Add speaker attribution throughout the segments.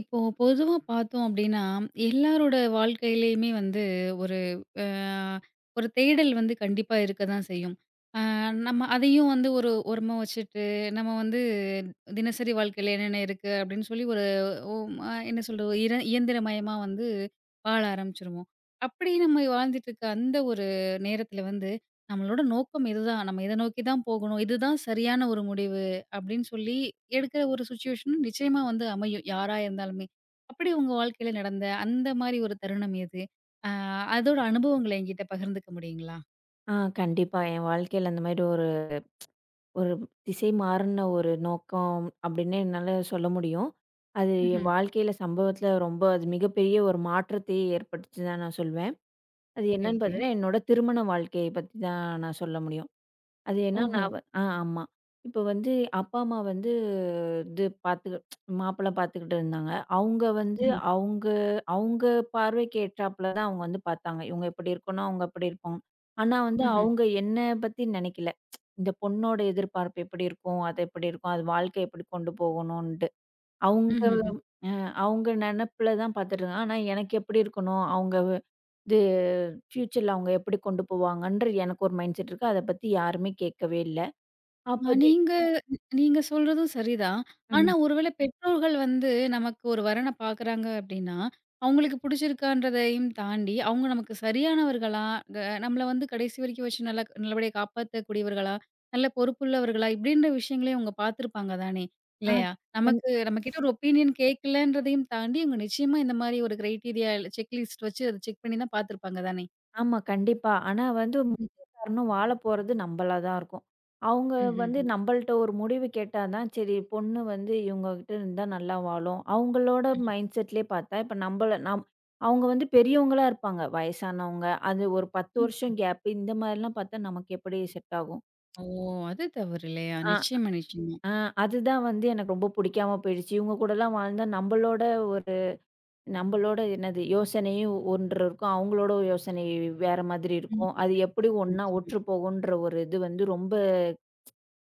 Speaker 1: இப்போ பொதுவா பார்த்தோம் அப்படின்னா, எல்லாரோட வாழ்க்கையிலயுமே வந்து ஒரு அ ஒரு தேடல் வந்து கண்டிப்பா இருக்க தான் செய்யும். அ நம்ம அதையும் வந்து ஒரு ஓரமா வச்சுட்டு, நம்ம வந்து தினசரி வாழ்க்கையில என்னென்ன இருக்கு அப்படின்னு சொல்லி ஒரு ஒ அ என்ன சொல்றது? இயந்திரமயமா வந்து வாழ ஆரம்பிச்சுருவோம். அப்படி நம்ம வாழ்ந்துட்டு இருக்க அந்த ஒரு நேரத்தில வந்து, நம்மளோட நோக்கம் இதுதான். நம்ம இத நோக்கி தான் போகணும். இதுதான் சரியான ஒரு முடிவு. அப்படின்னு சொல்லி எடுக்கிற ஒரு சிச்சுவேஷன் நிச்சயமா வந்து அமையும். யாரா இருந்தாலுமே. அப்படி உங்க வாழ்க்கையில நடந்த அந்த மாரி ஒரு தருணம் எது? அ அதோட அனுபவங்கள என்கிட்ட பகிர்ந்துக்க முடியுங்களா?
Speaker 2: ஆ, கண்டிப்பா. என் வாழ்க்கையில அந்த மாரி ஒரு ஒரு திசை மாறுன ஒரு நோக்கம் அப்படின்னு என்னால சொல்ல முடியும். அது என்
Speaker 1: ம்ஹ்ம்.
Speaker 2: வாழ்க்கையில சம்பவத்தில ரொம்ப அது மிகப்பெரிய ஒரு மாற்றத்தை ஏற்பட்டுச்சுன்னு தான் நான் சொல்வேன். அது
Speaker 1: ஓகே,
Speaker 2: என்னன்னு
Speaker 1: ஓகே.
Speaker 2: பார்த்தீங்கன்னா, என்னோட திருமண வாழ்க்கைய பத்தி தான் நான் சொல்ல முடியும். அது ஏன்னா
Speaker 1: ஓஹோ!
Speaker 2: நான் வ ஆ ஆமா. இப்ப வந்து அப்பா, அம்மா வந்து இது பார்த்து மாப்பிள்ளை பார்த்துக்கிட்டு இருந்தாங்க. அவுங்க வந்து
Speaker 1: ம்ஹ்ம்.
Speaker 2: அவுங்க அவுங்க பார்வைக்கு ஏற்றாப்புல தான் அவுங்க வந்து பார்த்தாங்க. இவுங்க இப்படி இருக்கணும், அவுங்க அப்படி இருப்பாங்க. ஆனா வந்து
Speaker 1: ம்ஹ்ம்.
Speaker 2: அவுங்க என்ன பத்தி நினைக்கல. இந்த பொண்ணோட எதிர்பார்ப்பு எப்படி இருக்கும்? அது எப்படி இருக்கும்? அது வாழ்க்கை எப்படி கொண்டு போகணுன்ட்டு. அவுங்க
Speaker 1: ம்ஹ்ம்.
Speaker 2: அ அவுங்க நெனப்புல தான் பார்த்துட்டு இருந்தாங்க. ஆனா எனக்கு எப்படி இருக்கணும்? அவுங்க இது ஃப்யூச்சர்ல அவுங்க எப்படி கொண்டு போவாங்கன்ற எனக்கு ஒரு மைண்ட் செட் இருக்கு. அத பத்தி யாருமே கேட்கவே இல்ல.
Speaker 1: ஆ,
Speaker 2: அப்ப தி
Speaker 1: நீங்க நீங்க சொல்றதும் சரிதான். ஆனா
Speaker 2: ம்.
Speaker 1: ஒருவேளை பெற்றோர்கள் வந்து நமக்கு ஒரு வரன பார்க்குறாங்க அப்டின்னா, அவங்களுக்கு பிடிச்சிருக்கான்றதையும் தாண்டி, அவங்க நமக்கு சரியானவர்களா, க நம்மள வந்து கடைசி வரைக்கும் வச்சு நல்லா நல்லபடியா காப்பாத்தக்கூடியவர்களா, நல்ல பொறுப்புள்ளவர்களா இப்படின்ற விஷயங்களையும் அவங்க பார்த்துருப்பாங்க தானே!
Speaker 2: ஆ
Speaker 1: இல்லையா?
Speaker 2: கண்
Speaker 1: நமக்கு நம்மகிட்ட ஒரு ஒப்பீனியன் கேட்கலன்றதையும் தாண்டி, இவங்க நிச்சயமா இந்த மாரி ஒரு கிரைட்டீரியா செக் லிஸ்ட் வச்சு அத செக் பண்ணி தான் பார்த்துருப்பாங்க தானே!
Speaker 2: ஆமா, கண்டிப்பா. ஆனா வந்து
Speaker 1: ம்.
Speaker 2: முக்கிய காரணம் வாழ போறது நம்பளா தான் இருக்கும். அவங்க வந்து
Speaker 1: ம்ஹ்ஹ்ம்.
Speaker 2: நம்பள்ட்ட ஒரு முடிவு கேட்டா தான், சரி பொண்ணு வந்து இவங்ககிட்ட இருந்தா நல்லா வாழும். அவங்களோட மைண்ட் செட்லயே பார்த்தா, இப்ப நம்பள அவங்க வந்து பெரியவங்களா இருப்பாங்க. வயசானவங்க. அது ஒரு 10
Speaker 1: ம்ஹ்ம்.
Speaker 2: வருஷம் கேப் இந்த மாரிலாம் பார்த்தா நமக்கு எப்படி செட் ஆகும்?
Speaker 1: ஓ! அது தவறு இல்லையா?
Speaker 2: ஆ,
Speaker 1: நிச்சயமா, நிச்சயமா.
Speaker 2: ஆ, அதுதான் வந்து எனக்கு ரொம்ப புடிக்காம போயிடுச்சு. இவங்க கூடலாம் வாழ்ந்தா ஒரு நம்பளோட என்னது யோசனையும் ஒன்று இருக்கும். அவங்களோட யோசனை வேற மாதிரி இருக்கும். அது எப்படி ஒண்ணா
Speaker 1: நிச்சயமா.
Speaker 2: ஒற்று போகுன்ற ஒரு இது வந்து ரொம்ப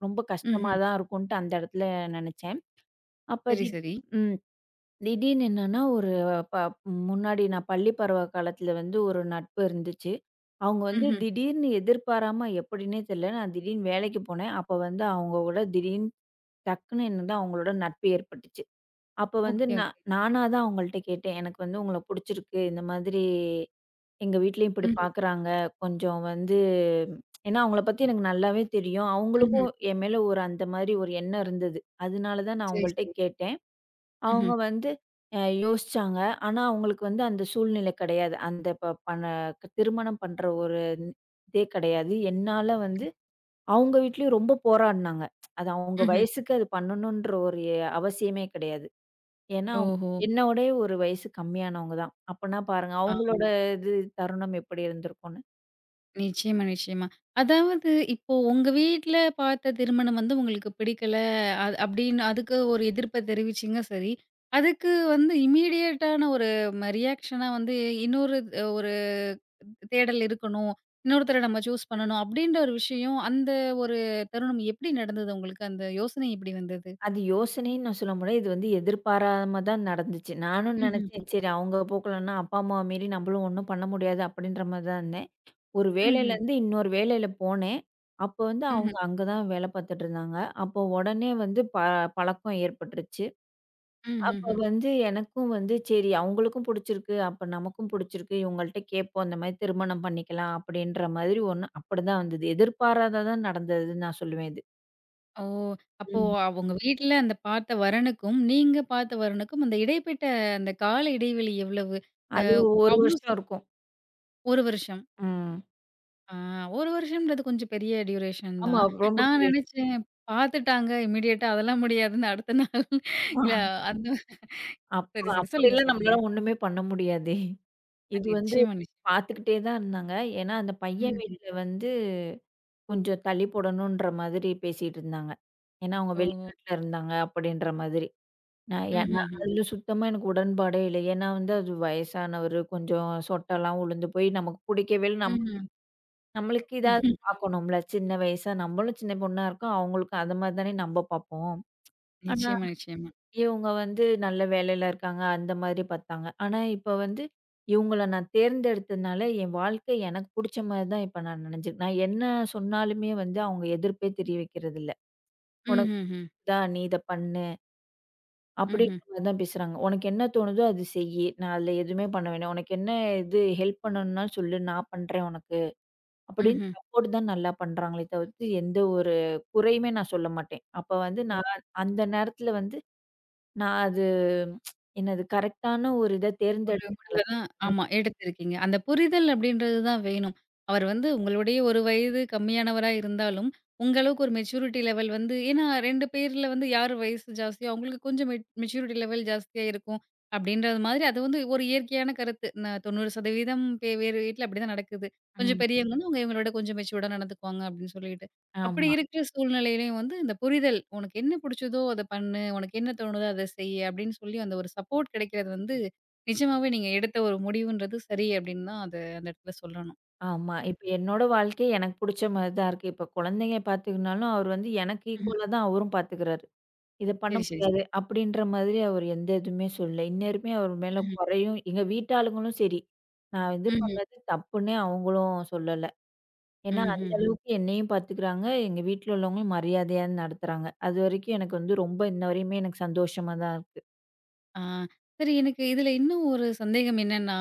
Speaker 2: ரொம்ப கஷ்டமா
Speaker 1: ம்ஹ்ம்.
Speaker 2: தான் இருக்குன்ட்டு அந்த இடத்துல நெனச்சேன். அப்ப
Speaker 1: சரி,
Speaker 2: தி
Speaker 1: சரி.
Speaker 2: ம். திடீர்னு என்னன்னா ஒரு ப முன்னாடி நான் பள்ளி பருவ காலத்துல வந்து ஒரு நட்பு இருந்துச்சு. அவங்க வந்து
Speaker 1: ம்ஹ்ம்.
Speaker 2: திடீர்னு எதிர்பாராம எப்படின்னே தெரியல. நான் திடீர்னு வேலைக்கு போனேன். அப்ப வந்து அவங்க கூட திடீர்னு டக்குன்னு என்னது அவங்களோட நட்பு ஏற்பட்டுச்சு. அப்ப வந்து
Speaker 1: ஓகே,
Speaker 2: நான்
Speaker 1: ஓகே.
Speaker 2: நானா தான் அவங்கள்ட்ட கேட்டேன். எனக்கு வந்து உங்கள புடிச்சிருக்கு. இந்த மாதிரி எங்க வீட்லயும் இப்படி
Speaker 1: ம்ஹ்ம்,
Speaker 2: பார்க்குறாங்க. கொஞ்சம் வந்து ஏன்னா அவங்கள பத்தி எனக்கு நல்லாவே தெரியும்.
Speaker 1: ம்ஹ்ம்.
Speaker 2: அவங்களுக்கும் என் மேல ஒரு அந்த மாதிரி ஒரு எண்ணம் இருந்தது. அதனால தான் நான்
Speaker 1: சரி,
Speaker 2: அவங்கள்ட்ட
Speaker 1: சரி.
Speaker 2: கேட்டேன். அவங்க
Speaker 1: ம்ஹ்ம்,
Speaker 2: வந்து யோசிச்சாங்க. ஆனா அவங்களுக்கு வந்து அந்த சூழ்நிலை கிடையாது. அந்த ப பண திருமணம் பண்ற ஒரு இதே கிடையாது. என்னால வந்து அவங்க வீட்லயும் ரொம்ப போராடுனாங்க. அது அவங்க
Speaker 1: ம்ஹ்ம்.
Speaker 2: வயசுக்கு அது பண்ணணுன்ற ஒரு அவசியமே கிடையாது. ஏன்னா, அவங்க
Speaker 1: ஓஹோ!
Speaker 2: என்னோடயே ஒரு வயசு கம்மியானவங்க தான். அப்பன்னா பாருங்க,
Speaker 1: ஆ.
Speaker 2: அவங்களோட இது தருணம் எப்படி இருந்திருக்கும்னு.
Speaker 1: நிச்சயமா, நிச்சயமா. அதாவது இப்போ உங்க வீட்ல பார்த்த திருமணம் வந்து உங்களுக்கு பிடிக்கல. அது அப்படின்னு அதுக்கு ஒரு எதிர்ப்ப தெரிவிச்சீங்க சரி. அதுக்கு வந்து இம்மீடியேட்டான ஒரு ரியாக்ஷனா வந்து இன்னொரு ஒரு தேடல் இருக்கணும். இன்னொருத்தர நம்ம சூஸ் பண்ணணும் அப்படின்ற ஒரு விஷயம், அந்த ஒரு தருணம் எப்படி நடந்தது உங்களுக்கு? அந்த யோசனை எப்படி வந்தது?
Speaker 2: அது யோசனைன்னு நான் சொல்ல முடியாது. இது வந்து எதிர்பாராம தான் நடந்துச்சு. நானும்
Speaker 1: ம்ஹ்ம்,
Speaker 2: நெனச்சேன், சரி அவங்க போக்கலன்னா, அப்பா, அம்மாவ மீறி நம்மளும் ஒண்ணும் பண்ண முடியாது அப்படின்ற மாரி தான் இருந்தேன். ஒரு
Speaker 1: ம்ஹ்ம்,
Speaker 2: வேலையிலேருந்து இன்னொரு வேலையில போனேன். அப்போ வந்து
Speaker 1: ம்ஹ்ம்.
Speaker 2: அவங்க அங்க தான் வேலை பாத்துட்டு இருந்தாங்க. அப்போ உடனே வந்து பழக்கம் ஏற்பட்டுருச்சு. அப்ப
Speaker 1: ம்ஹ்ஹ்ம்.
Speaker 2: வந்து எனக்கும் வந்து சரி அவங்களுக்கும் புடிச்சிருக்கு. அப்ப நமக்கும் புடிச்சிருக்கு. இவங்கள்ட்ட கேட்போம். இந்த மாரி திருமணம் பண்ணிக்கலாம் அப்படின்ற மாதிரி ஒண்ணு அப்படிதான் வந்தது. எதிர்பாராததா நடந்ததுன்னு நான் சொல்லுவேன் இது.
Speaker 1: ஓ! அப்போ
Speaker 2: ம்.
Speaker 1: அவங்க வீட்ல அந்த பார்த்த வரனுக்கும், நீங்க பார்த்த வரனுக்கும் அந்த இடைப்பட்ட அந்த கால இடைவெளி எவ்வளவு? அ
Speaker 2: அது 1
Speaker 1: அவ்ளோ ஸ்
Speaker 2: வருஷம் இருக்கும்.
Speaker 1: 1 வருஷம்.
Speaker 2: ம்.
Speaker 1: ஆ, 1 வருஷம்ன்றது கொஞ்சம் பெரிய டியூரேஷன்
Speaker 2: ஆமா,
Speaker 1: தான்.
Speaker 2: ரொம்ப
Speaker 1: நான்
Speaker 2: பெரிய
Speaker 1: நெனச்சேன் பார்த்துட்டாங்க இம்மீடியட்டா அதெல்லாம் முடியாதுன்னு அடுத்த நாள் இல்ல
Speaker 2: விஷயம்.
Speaker 1: அந்த
Speaker 2: அப்ப
Speaker 1: சரி, சரி. சொல்லுங்க,
Speaker 2: அப்படிலாம்
Speaker 1: சொல்லுங்க.
Speaker 2: நம்மளால ஒண்ணுமே பண்ண முடியாதே. இது வந்து
Speaker 1: நிச்சயமா, நிச்சயமா.
Speaker 2: பார்த்துக்கிட்டே தான் இருந்தாங்க. ஏன்னா அந்த பையன்
Speaker 1: ம்ஹ்ம்.
Speaker 2: வீட்ல வந்து கொஞ்சம் தள்ளி போடணுன்ற மாதிரி பேசிட்டு இருந்தாங்க. ஏன்னா அவங்க
Speaker 1: ஓஹோ!
Speaker 2: வெளிநாட்டுல இருந்தாங்க அப்படின்ற மாதிரி. நான் ஏன்னா
Speaker 1: ம்ஹ்ஹ்ம்.
Speaker 2: அதில சுத்தமா எனக்கு உடன்பாடே இல்லை. ஏன்னா வந்து அது வயசானவரு கொஞ்சம் சொட்டெல்லாம் உழுந்து போய் நமக்கு புடிக்கவே இல்ல. நம்ம
Speaker 1: ம்ஹ்ம்.
Speaker 2: நம்மளுக்கு இதாவது பார்க்கணும்ல. சின்ன வயசா நம்மளும் சின்ன பொண்ணா இருக்கோம். அவங்களுக்கும் அந்த மாரி தானே நம்ம பார்ப்போம். ஆனா
Speaker 1: நிச்சயமா, நிச்சயமா.
Speaker 2: இவங்க வந்து நல்ல வேலையில இருக்காங்க. அந்த மாதிரி பார்த்தாங்க. ஆனா இப்ப வந்து இவங்கள நான் தேர்ந்தெடுத்ததுனால என் வாழ்க்கை எனக்கு புடிச்ச மாரி தான் இப்ப நான் என்ன சொன்னாலுமே வந்து அவங்க எதிர்ப்பே தெரிய வைக்கிறதில்ல. உனக்கு
Speaker 1: ம்ஹ்ஹ்ம்.
Speaker 2: புடிச்சிருக்குதா? நீ இத பண்ணு. அப்படின்ற
Speaker 1: ம்ஹ்ம்.
Speaker 2: மாரி தான் பேசுறாங்க. "உனக்கு என்ன தோணுதோ அது செய்யி. நான் அதுல எதுவுமே பண்ண வேணாம். உனக்கு என்ன இது ஹெல்ப் பண்ணணும்னாலும் சொல்லு. நான் பண்றேன் உனக்கு." அப்படின்னு
Speaker 1: ம்ஹ்ம்.
Speaker 2: சப்போர்ட் தான் நல்லா பண்றாங்களே தவிர்த்து, எந்த ஒரு குறையுமே நான் சொல்ல மாட்டேன். அப்ப வந்து
Speaker 1: ஓ!
Speaker 2: நான் அந்த நேரத்துல வந்து நான் அது என்னது கரெக்ட்டான ஒரு இத
Speaker 1: ஒரு
Speaker 2: தேர்ந்தெடுத்தனால
Speaker 1: முடிவு தான்,
Speaker 2: ம்,
Speaker 1: ஆமா, எடுத்திருக்கீங்க. அந்த புரிதல் அப்படின்றது தான் வேணும். அவர் வந்து உங்களுடைய ஒரு வயது கம்மியானவரா இருந்தாலும், உங்க அளவுக்கு ஒரு மெச்சூரிட்டி லெவல் வந்து ஏன்னா 2 பேர்ல வந்து யார் வயசு ஜாஸ்தியோ, அவங்களுக்கு கொஞ்சம் மெச்சூரிட்டி லெவல் ஜாஸ்தியா இருக்கும். அப்படின்றது மாதிரி அது வந்து ஒரு இயற்கையான கருத்து. 90% பே வேறு வீட்ல அப்படிதான் நடக்குது. கொஞ்சம்
Speaker 2: ம்.
Speaker 1: பெரியவங்கன்னா அவங்க இவங்களோட கொஞ்சம் மெச்சூர்டா நடந்துக்குவாங்க அப்படின்னு சொல்லிட்டு. அப்படி
Speaker 2: ஆமா,
Speaker 1: இருக்கிற சூழ்நிலையிலயும் வந்து இந்த புரிதல், "உனக்கு என்ன புடிச்சதோ அத பண்ணு. உனக்கு என்ன தோணுதோ அத செய்." அப்படின்னு சொல்லி அந்த ஒரு சப்போர்ட் கிடைக்கிறது வந்து நிஜமாவே நீங்க எடுத்த ஒரு முடிவுன்றது சரி அப்படின்னு தான் அத அந்த இடத்துல சொல்லணும்.
Speaker 2: ஆமா.
Speaker 1: ம்.
Speaker 2: இப்ப என்னோட வாழ்க்கை எனக்கு புடிச்ச மாரி தான் இருக்கு. இப்ப குழந்தைங்க பாத்துக்கனாலும், அவர் வந்து எனக்கு
Speaker 1: ம்ஹ்ம்.
Speaker 2: ஈக்குவலா தான் அவரும் பாத்துக்கிறாரு. இத பண்ண
Speaker 1: சரி, சரி, சரி.
Speaker 2: முடியாது. அப்படின்ற மாதிரி அவர் எந்த இதுவுமே சொல்லல. இன்னவரையுமே அவர் மேல
Speaker 1: ம்ஹ்ம்.
Speaker 2: குறையும் எங்க வீட்டாளுங்களும் சரி, நான் இது
Speaker 1: ம்ஹ்ம்.
Speaker 2: பண்ணது தப்புன்னே அவங்களும் சொல்லல. ஏன்னா அந்த
Speaker 1: ம்ஹ்ஹ்ம்.
Speaker 2: அளவுக்கு என்னையும் பார்த்துக்கிறாங்க. எங்க வீட்ல உள்ளவங்களும் மரியாதையா நடத்துறாங்க. அதுவரைக்கும் எனக்கு வந்து ரொம்ப இன்னவரையுமே எனக்கு சந்தோஷமா தான் இருக்கு.
Speaker 1: ஆ. சரி, எனக்கு இதுல இன்னும் ஒரு சந்தேகம் என்னன்னா,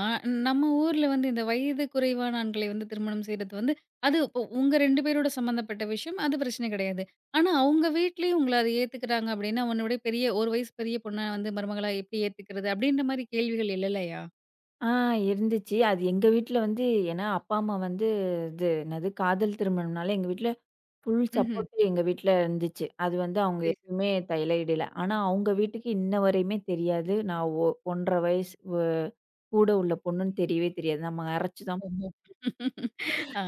Speaker 1: நம்ம ஊர்ல வந்து இந்த வயது குறைவான ஆண்களை வந்து திருமணம் செய்றது வந்து அது உங்க 2 பேரோட சம்மந்தப்பட்ட விஷயம். அது பிரச்சனை கிடையாது. ஆனா, அவங்க வீட்லயும் உங்கள அதை ஏத்துக்கிறாங்க அப்படின்னா, உன்னோட பெரிய 1 வயசு பெரிய பொண்ண வந்து மருமகளா எப்படி ஏத்துக்கிறது? அப்படின்ற மாரி கேள்விகள் எழலையா?
Speaker 2: ஆ, இருந்துச்சு. அது எங்க வீட்ல வந்து ஏன்னா அப்பா, அம்மா வந்து இது என்னது காதல் திருமணம்னால எங்க வீட்ல ஃபுல்
Speaker 1: ம்ஹ்ம்.
Speaker 2: சப்போர்ட் எங்க வீட்ல இருந்துச்சு. அது வந்து அவங்க
Speaker 1: சரி.
Speaker 2: எதுவுமே தலையிடல. ஆனா அவங்க வீட்டுக்கு இன்ன வரையுமே தெரியாது. நான் 1 1/2 வயசு கூட உள்ள பொண்ணுன்னு தெரியவே தெரியாது. நம்ம அரைச்சு தான்.
Speaker 1: ஓஹோ! ஆ,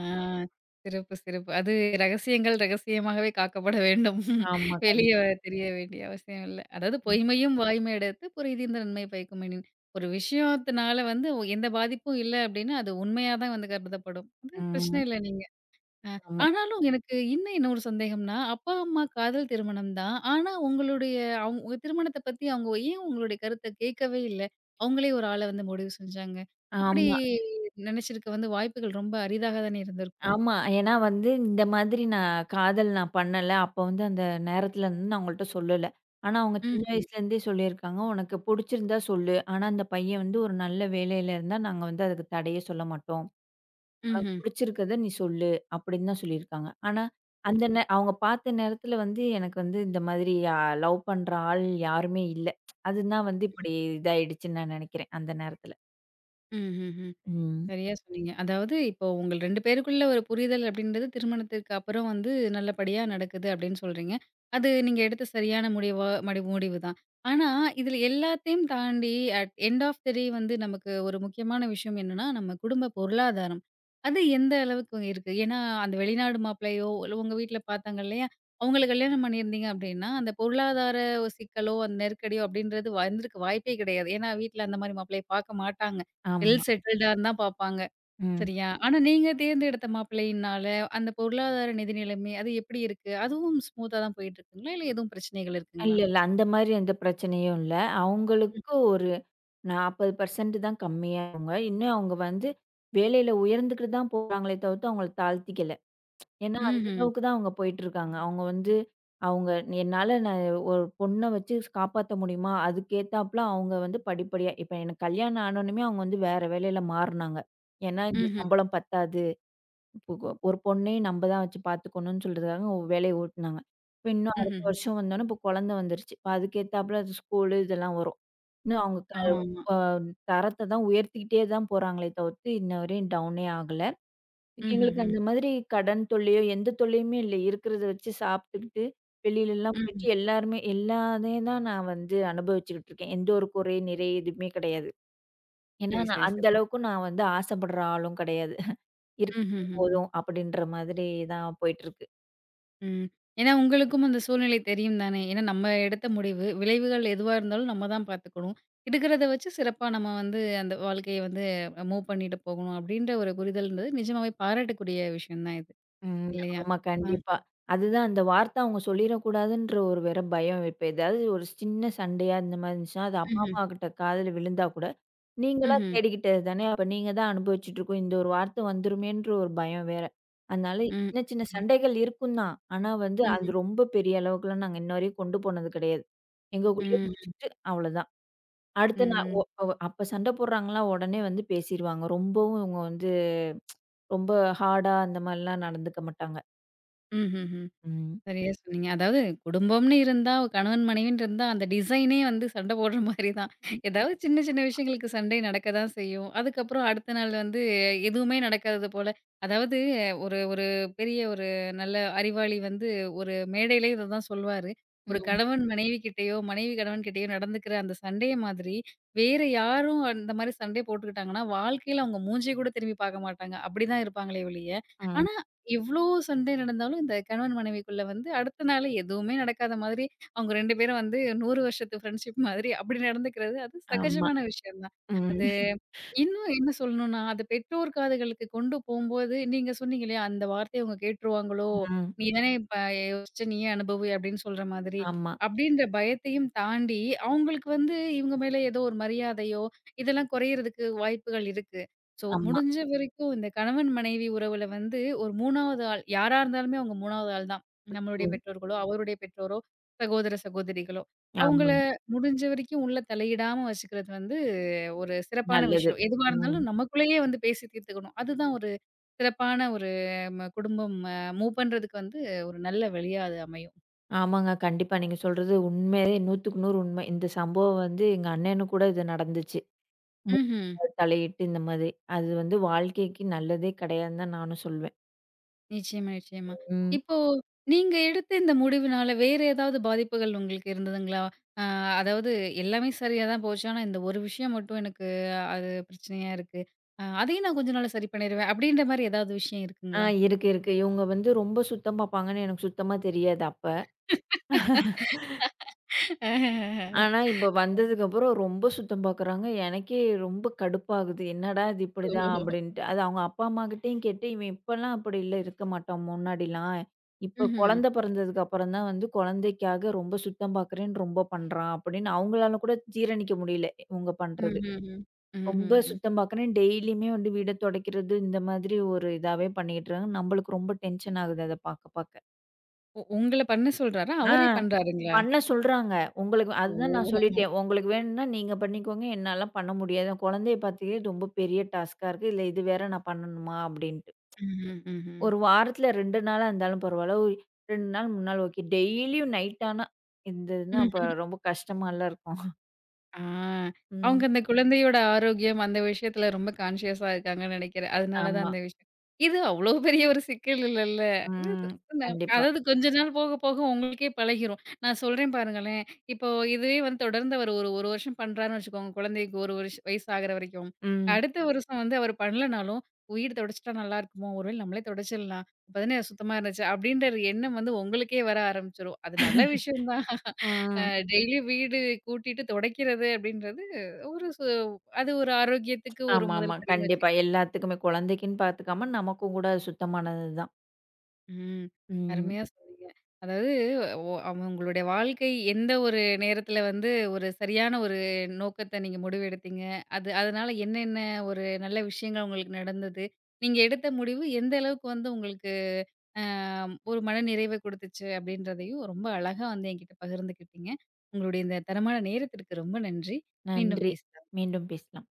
Speaker 1: சிறப்பு, சிறப்பு. அது ரகசியங்கள் ரகசியமாகவே காக்கப்பட வேண்டும்.
Speaker 2: ஆமா,
Speaker 1: வெளிய
Speaker 2: கண்டிப்பா.
Speaker 1: தெரிய வேண்டிய அவசியம் இல்ல. அதாவது பொய்மையும் வாய்மை இடத்து, பொருதியுந் நன்மை பயக்குமெனின். ஒரு விஷயத்தினால வந்து எந்த பாதிப்பும் இல்ல அப்டின்னா, அது உண்மையா தான் வந்து கருதப்படும். அது பிரச்சனை
Speaker 2: ம்.
Speaker 1: இல்ல நீங்க. அ
Speaker 2: ஆமா.
Speaker 1: ஆனாலும் எனக்கு இன்னும் என்ன ஒரு சந்தேகம்னா, அப்பா, அம்மா காதல் திருமணம் தான். ஆனா உங்களுடைய அவுங்க திருமணத்த பத்தி அவங்க ஏன் உங்களுடைய கருத்த கேட்கவே இல்ல? அவங்களே ஒரு ஆள வந்து முடிவு செஞ்சாங்க. அப்படி
Speaker 2: ஆமா,
Speaker 1: நெனச்சிருக்க வந்து வாய்ப்புகள் ரொம்ப அரிதாக தானே இருந்திருக்கும்.
Speaker 2: ஆமா. ஏன்னா வந்து இந்த மாதிரி நான் காதல் பண்ணல. அப்ப வந்து அந்த நேரத்துல வந்து நான் அவங்கள்ட்ட சொல்லல. ஆனா அவங்க சின்ன
Speaker 1: ம்ஹ்ம்.
Speaker 2: வயசுலேருந்தே சொல்லியிருக்காங்க, "உனக்கு புடிச்சிருந்தா சொல்லு. ஆனா அந்த பையன் வந்து ஒரு நல்ல வேலையில இருந்தா நாங்க வந்து அதுக்கு தடையே சொல்ல மாட்டோம்."
Speaker 1: ம்ஹ்ம்.
Speaker 2: புடிச்சிருக்கத நீ சொல்லு அப்படின்னு தான் சொல்லியிருக்காங்க. ஆனா, அந்த நே அவங்க பார்த்த நேரத்துல வந்து எனக்கு வந்து இந்த மாதிரி லவ் பண்ற ஆள் யாருமே இல்ல. அதுதான் வந்து இப்படி இதாயிடுச்சுன்னு நான் நெனைக்கிறேன் அந்த நேரத்துல.
Speaker 1: ம்ஹ்ம்.
Speaker 2: ம்.
Speaker 1: சரியா சொன்னீங்க. அதாவது இப்போ உங்கள் 2 பேருக்குள்ள ஒரு புரிதல் அப்படின்றது திருமணத்திற்கு அப்புறம் வந்து நல்லபடியா நடக்குது அப்படின்னு சொல்றீங்க. அது நீங்க எடுத்த சரியான முடிவா முடிவு தான். ஆனா, இதில எல்லாத்தையும் தாண்டி at end of the day வந்து நமக்கு ஒரு முக்கியமான விஷயம் என்னன்னா, நம்ம குடும்ப பொருளாதாரம். அது எந்த அளவுக்கு இருக்கு? ஏன்னா, அந்த வெளிநாடு மாப்பிள்ளையோ, இல்ல உங்க வீட்ல பார்த்தாங்க இல்லையா? அவங்கள கல்யாணம் பண்ணியிருந்தீங்க அப்படின்னா, அந்த பொருளாதார ஒரு சிக்கலோ, அந்த நெருக்கடியோ அப்படின்றது வந்திருக்க வாய்ப்பே கிடையாது. ஏன்னா, வீட்ல அந்த மாரி மாப்பிள்ளைய பார்க்க மாட்டாங்க. வெல்
Speaker 2: ஆமா.
Speaker 1: செட்டில்டான்னு தான் பாப்பாங்க.
Speaker 2: ம்.
Speaker 1: சரியா? ஆனா நீங்க தேர்ந்தெடுத்த மாப்பிள்ளையினால, அந்த பொருளாதார நிதி நிலைமை அது எப்படி இருக்கு? அதுவும் ஸ்மூத்தா தான் போயிட்டுருக்குங்களா? இல்ல எதுவும் பிரச்சனைகள் இருக்குங்களா?
Speaker 2: இல்ல, இல்ல. அந்த மாரி எந்த பிரச்சனையும் இல்ல. அவங்களுக்கு ஒரு 40% தான் கம்மியா அவங்க. இன்னும் அவங்க வந்து வேலையில உயர்ந்துக்கிட்டு தான் போறாங்களே தவிர்த்து அவங்கள தாழ்த்திக்கல. ஏன்னா, அந்த
Speaker 1: ம்ஹ்ம்.
Speaker 2: அளவுக்கு தான் அவங்க போயிட்டுருக்காங்க. அவங்க வந்து அவங்க என்னால நான் ஒரு பொண்ண வச்சு காப்பாத்த முடியுமா? அதுக்கேத்தாப்ல அவங்க வந்து படிப்படியா இப்ப எனக்கு கல்யாணம் ஆனோனமே அவங்க வந்து வேற வேலையில மாறுனாங்க. ஏன்னா, இந்த
Speaker 1: ம்ஹ்ம்.
Speaker 2: சம்பளம் பத்தாது. இப்போ ஒரு பொண்ணையும் நம்ப தான் வச்சு பார்த்துக்கணும்னு சொல்றதுக்காக வேலைய ஓட்டுனாங்க. இப்ப இன்னும் அடுத்த
Speaker 1: ம்ஹ்ஹ்ம்.
Speaker 2: வருஷம் வந்தோனே இப்போ குழந்தை வந்துருச்சு. இப்ப அதுக்கேத்தாப்ல ஸ்கூலு இதெல்லாம் வரும். இன்னும் அவங்க க
Speaker 1: ஆமாமா.
Speaker 2: அ தரத்த தான் உயர்த்திக்கிட்டே தான் போறாங்களே தவிர்த்து, இன்ன வரையும் டவுனே ஆகல. எங்களுக்கு
Speaker 1: ம்ஹ்ஹ்ம்.
Speaker 2: அந்த மாதிரி கடன் தொல்லையோ, எந்த தொல்லையுமே இல்ல. இருக்கிறத வச்சு சாப்பிட்டுக்கிட்டு, வெளியிலலாம் போயிட்டு
Speaker 1: ம்ஹ்ம்.
Speaker 2: எல்லாருமே எல்லா இதையும் தான் நான் வந்து அனுபவிச்சுக்கிட்டு இருக்கேன். எந்த ஒரு குறை, நிறை எதுவுமே கிடையாது. ஏன்னா,
Speaker 1: சரி,
Speaker 2: நான்
Speaker 1: சரி,
Speaker 2: அந்த
Speaker 1: சரி.
Speaker 2: அளவுக்கு நான் வந்து ஆசைப்படுற ஆளும் கிடையாது. இருக்கிறது
Speaker 1: ம்ஹ்ஹ்ம்.
Speaker 2: போதும் அப்படின்ற மாதிரி தான் போயிட்டுருக்கு.
Speaker 1: ம். ஏன்னா உங்களுக்கும் அந்த சூழ்நிலை தெரியும் தானே! ஏன்னா நம்ம எடுத்த முடிவு, விளைவுகள் எதுவா இருந்தாலும் நம்ம தான் பார்த்துக்கணும். இருக்கிறத வச்சு சிறப்பா நம்ம வந்து அந்த வாழ்க்கைய வந்து மூவ் பண்ணிட்டு போகணும். அப்படின்ற ஒரு புரிதல்ன்றது நிஜமாவே பாராட்டக்கூடிய விஷயம் தான் இது.
Speaker 2: ம்.
Speaker 1: இல்லையா?
Speaker 2: ஆமா,
Speaker 1: ஆ.
Speaker 2: கண்டிப்பா. அதுதான் அந்த வார்த்தை அவங்க சொல்லிறக்கூடாதுன்ற ஒரு வேற பயம். இப்ப ஏதாவது ஒரு சின்ன சண்டையா இந்த மாதிரி இருந்துச்சுன்னா, அது அப்பா,
Speaker 1: Mhm.
Speaker 2: அம்மா கிட்ட காதுல விழுந்தா கூட நீங்களா
Speaker 1: Mhm.
Speaker 2: தேடிக்கிட்டது தானே. அப்ப நீங்க தான் அனுபவிச்சுட்டு இருக்கும். இந்த ஒரு வார்த்தை வந்துருமேன்ற ஒரு பயம் வேற. அதனால
Speaker 1: Mhm.
Speaker 2: சின்ன சின்ன சண்டைகள் இருக்கும் தான். ஆனா வந்து அது
Speaker 1: Mhm.
Speaker 2: ரொம்ப பெரிய அளவுக்குலாம் நாங்க இன்ன வரையும் கொண்டு போனது கிடையாது. எங்கக்குள்ளேயே
Speaker 1: Mhm.
Speaker 2: முடிச்சுக்கிட்டு அவ்வளோதான். அடுத்த நாள் ஒ
Speaker 1: Mhm.
Speaker 2: ஒ அப்ப சண்டை போடுறாங்களா உடனே வந்து பேசிருவாங்க. ரொம்பவும் இவங்க வந்து ரொம்ப ஹார்டா அந்த மாரிலாம் நடந்துக்க மாட்டாங்க.
Speaker 1: Mhm. Mhm.
Speaker 2: ம்.
Speaker 1: சரியா சொன்னீங்க. அதாவது குடும்பம்னு இருந்தா, கணவன் மனைவின்னு இருந்தா, அந்த டிசைனே வந்து சண்டை போடுற மாரி தான். ஏதாவது சின்ன சின்ன விஷயங்களுக்கு சண்டை நடக்க தான் செய்யும். அதுக்கப்புறம் அடுத்த நாள் வந்து எதுவுமே நடக்காதது போல, அதாவது ஒரு ஒரு பெரிய ஒரு நல்ல அறிவாளி வந்து ஒரு மேடையிலே இத தான் சொல்வாரு.
Speaker 2: ம்.
Speaker 1: ஒரு கணவன் மனைவி கிட்டயோ, மனைவி கணவன் கிட்டயோ நடந்துக்கிற அந்த சண்டைய மாதிரி, வேற யாரும் அந்த மாரி சண்டை போட்டுக்கிட்டாங்கன்னா, வாழ்க்கையில அவங்க மூஞ்சிய கூட திரும்பி பார்க்க மாட்டாங்க. அப்படிதான் இருப்பாங்களே ஒழிய,
Speaker 2: ம்.
Speaker 1: ஆனா எவ்ளோ சண்டை நடந்தாலும், இந்த கணவன் மனைவிக்குள்ள வந்து அடுத்த நாள் எதுவுமே நடக்காத மாதிரி, அவங்க 2 பேரும் வந்து 100 வருஷத்து ஃப்ரெண்ட்ஷிப் மாதிரி அப்படி நடந்துக்கிறது, அது
Speaker 2: ஆமா.
Speaker 1: சகஜமான விஷயம் தான். அது
Speaker 2: ம்.
Speaker 1: இன்னும் என்ன சொல்லணும்னா, அது பெற்றோர் காதுகளுக்கு கொண்டு போம்போது, நீங்க சொன்னீங்க இல்லையா, அந்த வார்த்தைய அவங்க கேட்டுருவாங்களோ!
Speaker 2: ம்.
Speaker 1: "நீ தானே இப்ப யோசிச்சு நீயே அனுபவி" அப்படின்னு சொல்ற மாதிரி.
Speaker 2: ஆமா,
Speaker 1: அப்படின்ற பயத்தையும் தாண்டி, அவங்களுக்கு வந்து இவங்க மேல ஏதோ ஒரு மரியாதையோ, இதெல்லாம் குறையறதுக்கு வாய்ப்புகள் இருக்கு. ஸோ,
Speaker 2: ஆமா.
Speaker 1: முடிஞ்ச வரைக்கும் இந்த கணவன் மனைவி உறவுல வந்து ஒரு 3வது ஆள் யாரா இருந்தாலுமே அவங்க 3வது ஆள் தான். நம்மளுடைய
Speaker 2: ம்.
Speaker 1: பெற்றோர்களோ, அவருடைய பெற்றோரோ, சகோதர சகோதரிகளோ. அவங்கள
Speaker 2: ஆமாங்க.
Speaker 1: முடிஞ்ச வரைக்கும் உள்ள தலையிடாம வச்சுக்கிறது வந்து ஒரு சிறப்பான
Speaker 2: நல்லது.
Speaker 1: விஷயம். எதுவா
Speaker 2: ம்.
Speaker 1: இருந்தாலும் நமக்குள்ளேயே வந்து பேசி தீர்த்துக்கணும். அதுதான் ஒரு சிறப்பான ஒரு குடும்பம் மூவ் பண்றதுக்கு வந்து ஒரு நல்ல வழியா அது அமையும்.
Speaker 2: ஆமாங்க. கண்டிப்பா. நீங்க சொல்றது உண்மையிலே 100க்கு 100 உண்மை. இந்த சம்பவம் வந்து எங்க அண்ணனுக்கு கூட இது நடந்துச்சு. 3
Speaker 1: ம்ஹ்ம்.
Speaker 2: நாள் தலையிட்டு இந்த மாதிரி. அது வந்து வாழ்க்கைக்கு நல்லதே கிடையாதுன்னு தான் நானும் சொல்வேன்.
Speaker 1: நிச்சயமா, நிச்சயமா.
Speaker 2: ம்.
Speaker 1: இப்போ நீங்க எடுத்த இந்த முடிவுனால வேற ஏதாவது பாதிப்புகள் உங்களுக்கு இருந்ததுங்களா? அ அதாவது எல்லாமே சரியா தான் போச்சு. ஆனா இந்த ஒரு விஷயம் மட்டும் எனக்கு அது பிரச்சனையா இருக்கு. அதையும் நான் கொஞ்ச நாள்ல சரி பண்ணிருவேன். அப்படின்ற மாரி ஏதாவது விஷயம்
Speaker 2: ஆ,
Speaker 1: இருக்குங்களா?
Speaker 2: இருக்கு, இருக்கு. இவங்க வந்து ரொம்ப சுத்தம் பாப்பாங்கன்னு எனக்கு சுத்தமா தெரியாது. அப்ப ஆனா, இப்ப வந்ததுக்கப்புறம் ரொம்ப சுத்தம் பாக்குறாங்க. எனக்கே ரொம்ப கடுப்பாகுது. என்னடா இது இப்படிதான்
Speaker 1: ஓ!
Speaker 2: அப்படின்ட்டு. அது அவங்க அப்பா, அம்மாகிட்டயும் கேட்டு, இவன் இப்பலாம் அப்படி இல்ல இருக்க மாட்டான் முன்னாடிலாம். இப்ப
Speaker 1: ம்ஹ்ம்.
Speaker 2: குழந்தை பிறந்ததுக்கு அப்புறம் தான் வந்து குழந்தைக்காக ரொம்ப சுத்தம் பாக்குறேன்னு ரொம்ப பண்றான் அப்படின்னு அவங்களால கூட ஜீரணிக்க முடியல, இவங்க பண்றது.
Speaker 1: ம்ஹ்ஹ்ம்.
Speaker 2: ரொம்ப
Speaker 1: ம்ஹ்ஹ்ம்.
Speaker 2: சுத்தம் பாக்குறேன், டெய்லியுமே வந்து வீட தொடைக்கிறது இந்த மாதிரி ஒரு இதாவே பண்ணிக்கிட்டு இருக்காங்க. நம்மளுக்கு ரொம்ப டென்ஷன் ஆகுது அத பாக்க பாக்க.
Speaker 1: உங்கள பண்ண சொல்றாரா?
Speaker 2: ஆ.
Speaker 1: அவரே பண்றாருங்களா?
Speaker 2: பண்ண சொல்றாங்க. உங்களுக்கு அதுதான் நான்
Speaker 1: ஓ!
Speaker 2: சொல்லிட்டேன். உங்களுக்கு வேணும்னா நீங்க பண்ணிக்கோங்க. என்னாலாம் பண்ண முடியாது. குழந்தைய பார்த்துக்கறது ரொம்ப பெரிய டாஸ்க்கா இருக்கு. இதுல இது வேற நான் பண்ணணுமா? அப்படின்ட்டு.
Speaker 1: ம்ஹ்ம், ம்ஹ்ம்.
Speaker 2: ஒரு வாரத்துல 2 நாளா இருந்தாலும் பரவால்ல. ஒரு 2 நாள் 3 நாள் ஓகே. டெய்லியும் நைட் ஆனா இருந்ததுன்னா, அப்ப ரொம்ப கஷ்டமால்ல இருக்கும்.
Speaker 1: ஆ. அவங்க
Speaker 2: ம்.
Speaker 1: அந்த குழந்தையோட ஆரோக்கியம் அந்த விஷயத்துல ரொம்ப கான்ஷியஸா இருக்காங்கன்னு நெனைக்கிறேன். அதனால தான்
Speaker 2: ஆமா.
Speaker 1: அந்த விஷயம். இது அவ்ளோ பெரிய ஒரு சிக்கல் இல்லல்ல. இது இது
Speaker 2: ம்.
Speaker 1: ந
Speaker 2: கண்டிப்பா.
Speaker 1: அதாவது கொஞ்ச நாள் போக போக உங்களுக்கே பழகிரும். நான் சொல்றேன் பாருங்களேன். இப்போ இதுவே வந்து தொடர்ந்து அவர் ஒரு 1 வருஷம் பண்றாருன்னு வச்சுக்கோங்க, குழந்தைக்கு 1 வருஷ வயசு ஆகுற வரைக்கும்.
Speaker 2: ம்.
Speaker 1: அடுத்த வருஷம் வந்து அவர் பண்ணலனாலும், "வீடு தொடச்சுட்டா நல்லா இருக்குமோ! ஒரு வேளை நம்மளே தொடச்சிடலாம். அப்பதானே சுத்தமா இருந்துச்சு." அப்படின்ற ஒரு எண்ணம் வந்து உங்களுக்கே வர ஆரம்பிச்சுரும். அது நல்ல விஷயம் தான். அ
Speaker 2: ம்.
Speaker 1: டெய்லி வீடு கூட்டிட்டு துடைக்கிறது அப்படின்றது ஒரு அது ஒரு ஆரோக்கியத்துக்கு ஒரு
Speaker 2: ஆமாமா.
Speaker 1: முதல் படின்னு
Speaker 2: கண்டிப்பா.
Speaker 1: வச்சுக்கலாம்.
Speaker 2: எல்லாத்துக்குமே குழந்தைக்குன்னு பார்த்துக்காம நமக்கும் கூட அது சுத்தமானது தான்.
Speaker 1: ம்.
Speaker 2: ம்.
Speaker 1: அருமையா சொன்னீங்க. அதாவது அவங்களுடைய வாழ்க்கை எந்த ஒரு நேரத்தில வந்து ஒரு சரியான ஒரு நோக்கத்த நீங்க முடிவெடுத்தீங்க. அது அதனால என்னென்ன ஒரு நல்ல விஷயங்கள் உங்களுக்கு நடந்தது. நீங்க எடுத்த முடிவு எந்த அளவுக்கு வந்து உங்களுக்கு அ ஒரு மன நிறைவை குடுத்துச்சு அப்படின்றதையும் ரொம்ப அழகா வந்து என்கிட்ட பகிர்ந்துக்கிட்டீங்க. உங்களுடைய இந்த தரமான நேரத்திற்கு ரொம்ப நன்றி. மீண்டும்
Speaker 2: நன்றி.
Speaker 1: பேசலாம்.
Speaker 2: மீண்டும் பேசலாம்.